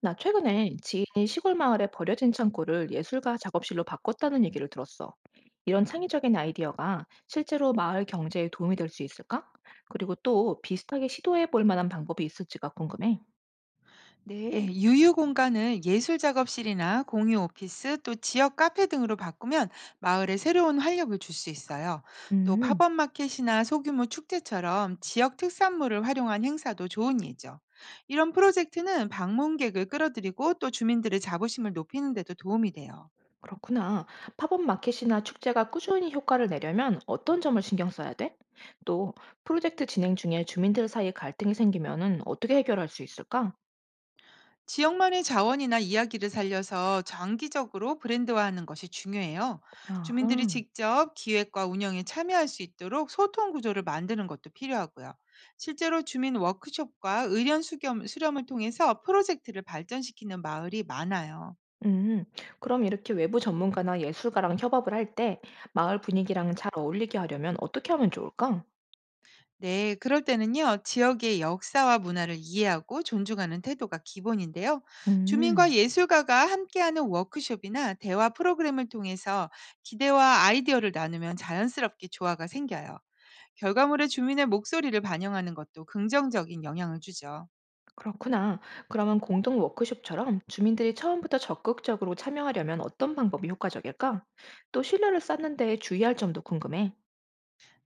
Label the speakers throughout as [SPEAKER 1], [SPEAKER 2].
[SPEAKER 1] 나 최근에 지인이 시골 마을에 버려진 창고를 예술가 작업실로 바꿨다는 얘기를 들었어. 이런 창의적인 아이디어가 실제로 마을 경제에 도움이 될 수 있을까? 그리고 또 비슷하게 시도해 볼 만한 방법이 있을지가 궁금해.
[SPEAKER 2] 네, 유휴 공간을 예술 작업실이나 공유 오피스 또 지역 카페 등으로 바꾸면 마을에 새로운 활력을 줄 수 있어요. 또
[SPEAKER 1] 음,
[SPEAKER 2] 팝업 마켓이나 소규모 축제처럼 지역 특산물을 활용한 행사도 좋은 예죠. 이런 프로젝트는 방문객을 끌어들이고 또 주민들의 자부심을 높이는 데도 도움이 돼요.
[SPEAKER 1] 그렇구나. 팝업 마켓이나 축제가 꾸준히 효과를 내려면 어떤 점을 신경 써야 돼? 또 프로젝트 진행 중에 주민들 사이 갈등이 생기면은 어떻게 해결할 수 있을까?
[SPEAKER 2] 지역만의 자원이나 이야기를 살려서 장기적으로 브랜드화하는 것이 중요해요. 주민들이
[SPEAKER 1] 아하.
[SPEAKER 2] 직접 기획과 운영에 참여할 수 있도록 소통 구조를 만드는 것도 필요하고요. 실제로 주민 워크숍과 의견 수렴을 통해서 프로젝트를 발전시키는 마을이 많아요.
[SPEAKER 1] 음, 그럼 이렇게 외부 전문가나 예술가랑 협업을 할 때 마을 분위기랑 잘 어울리게 하려면 어떻게 하면 좋을까?
[SPEAKER 2] 네, 그럴 때는요, 지역의 역사와 문화를 이해하고 존중하는 태도가 기본인데요. 주민과
[SPEAKER 1] 음,
[SPEAKER 2] 예술가가 함께하는 워크숍이나 대화 프로그램을 통해서 기대와 아이디어를 나누면 자연스럽게 조화가 생겨요. 결과물에 주민의 목소리를 반영하는 것도 긍정적인 영향을 주죠.
[SPEAKER 1] 그렇구나. 그러면 공동 워크숍처럼 주민들이 처음부터 적극적으로 참여하려면 어떤 방법이 효과적일까? 또 신뢰를 쌓는 데 주의할 점도 궁금해.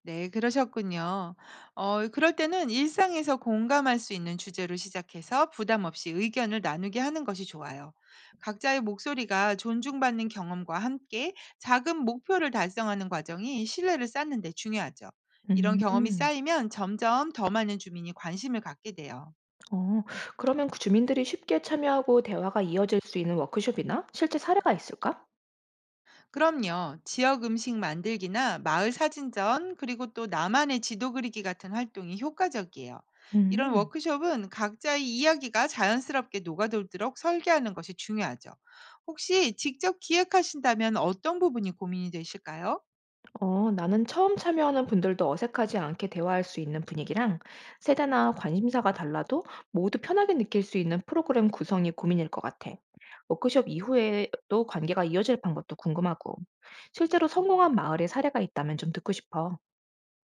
[SPEAKER 2] 네, 그러셨군요. 그럴 때는 일상에서 공감할 수 있는 주제로 시작해서 부담 없이 의견을 나누게 하는 것이 좋아요. 각자의 목소리가 존중받는 경험과 함께 작은 목표를 달성하는 과정이 신뢰를 쌓는 데 중요하죠. 이런 경험이
[SPEAKER 1] 음.
[SPEAKER 2] 쌓이면 점점 더 많은 주민이 관심을 갖게 돼요.
[SPEAKER 1] 어, 그러면 그 주민들이 쉽게 참여하고 대화가 이어질 수 있는 워크숍이나 실제 사례가 있을까?
[SPEAKER 2] 그럼요. 지역 음식 만들기나 마을 사진전, 그리고 또 나만의 지도 그리기 같은 활동이 효과적이에요. 이런
[SPEAKER 1] 음.
[SPEAKER 2] 워크숍은 각자의 이야기가 자연스럽게 녹아돌도록 설계하는 것이 중요하죠. 혹시 직접 기획하신다면 어떤 부분이 고민이 되실까요?
[SPEAKER 1] 어, 나는 처음 참여하는 분들도 어색하지 않게 대화할 수 있는 분위기랑 세대나 관심사가 달라도 모두 편하게 느낄 수 있는 프로그램 구성이 고민일 것 같아. 워크숍 이후에도 관계가 이어질 방법도 궁금하고, 실제로 성공한 마을의 사례가 있다면 좀 듣고 싶어.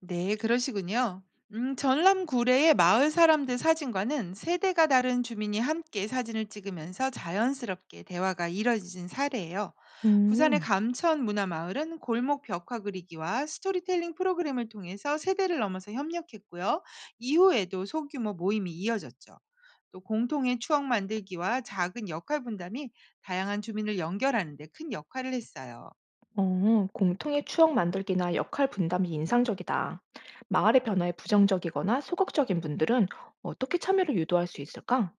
[SPEAKER 2] 네, 그러시군요. 전남 구례의 마을 사람들 사진과는 세대가 다른 주민이 함께 사진을 찍으면서 자연스럽게 대화가 이뤄진 사례예요. 부산의
[SPEAKER 1] 음,
[SPEAKER 2] 감천 문화마을은 골목 벽화 그리기와 스토리텔링 프로그램을 통해서 세대를 넘어서 협력했고요. 이후에도 소규모 모임이 이어졌죠. 또 공통의 추억 만들기와 작은 역할 분담이 다양한 주민을 연결하는 데 큰 역할을 했어요.
[SPEAKER 1] 어, 공통의 추억 만들기나 역할 분담이 인상적이다. 마을의 변화에 부정적이거나 소극적인 분들은 어떻게 참여를 유도할 수 있을까?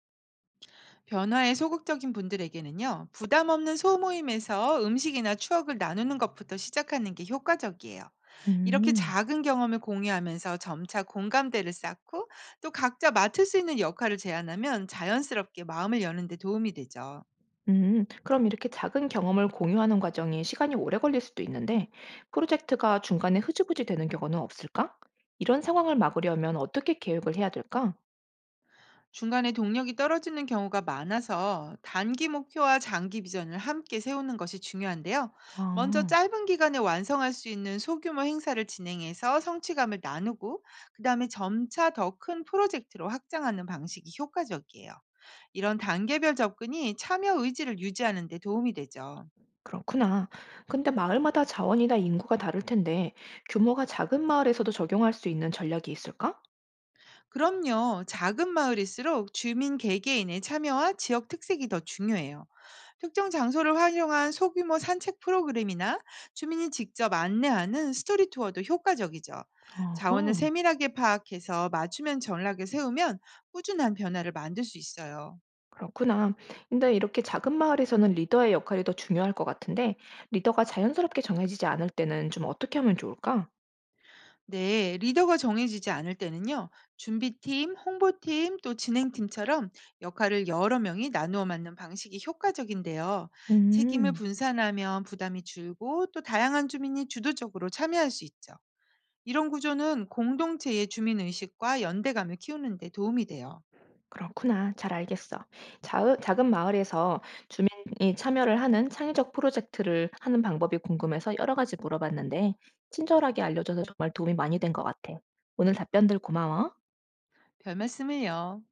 [SPEAKER 2] 변화에 소극적인 분들에게는요, 부담 없는 소모임에서 음식이나 추억을 나누는 것부터 시작하는 게 효과적이에요. 이렇게
[SPEAKER 1] 음.
[SPEAKER 2] 작은 경험을 공유하면서 점차 공감대를 쌓고 또 각자 맡을 수 있는 역할을 제안하면 자연스럽게 마음을 여는 데 도움이 되죠.
[SPEAKER 1] 그럼 이렇게 작은 경험을 공유하는 과정이 시간이 오래 걸릴 수도 있는데, 프로젝트가 중간에 흐지부지 되는 경우는 없을까? 이런 상황을 막으려면 어떻게 계획을 해야 될까?
[SPEAKER 2] 중간에 동력이 떨어지는 경우가 많아서 단기 목표와 장기 비전을 함께 세우는 것이 중요한데요. 먼저
[SPEAKER 1] 아,
[SPEAKER 2] 짧은 기간에 완성할 수 있는 소규모 행사를 진행해서 성취감을 나누고, 그 다음에 점차 더 큰 프로젝트로 확장하는 방식이 효과적이에요. 이런 단계별 접근이 참여 의지를 유지하는 데 도움이 되죠.
[SPEAKER 1] 그렇구나. 근데 마을마다 자원이나 인구가 다를 텐데, 규모가 작은 마을에서도 적용할 수 있는 전략이 있을까?
[SPEAKER 2] 그럼요. 작은 마을일수록 주민 개개인의 참여와 지역 특색이 더 중요해요. 특정 장소를 활용한 소규모 산책 프로그램이나 주민이 직접 안내하는 스토리 투어도 효과적이죠.
[SPEAKER 1] 어허,
[SPEAKER 2] 자원을 세밀하게 파악해서 맞춤형 전략을 세우면 꾸준한 변화를 만들 수 있어요.
[SPEAKER 1] 그렇구나. 근데 이렇게 작은 마을에서는 리더의 역할이 더 중요할 것 같은데, 리더가 자연스럽게 정해지지 않을 때는 좀 어떻게 하면 좋을까?
[SPEAKER 2] 네, 리더가 정해지지 않을 때는요, 준비팀, 홍보팀, 또 진행팀처럼 역할을 여러 명이 나누어 맡는 방식이 효과적인데요. 책임을
[SPEAKER 1] 음.
[SPEAKER 2] 분산하면 부담이 줄고 또 다양한 주민이 주도적으로 참여할 수 있죠. 이런 구조는 공동체의 주민 의식과 연대감을 키우는 데 도움이 돼요.
[SPEAKER 1] 그렇구나. 잘 알겠어. 자 작은 마을에서 주민이 참여를 하는 창의적 프로젝트를 하는 방법이 궁금해서 여러 가지 물어봤는데, 친절하게 알려줘서 정말 도움이 많이 된 것 같아. 오늘 답변들 고마워.
[SPEAKER 2] 별 말씀을요.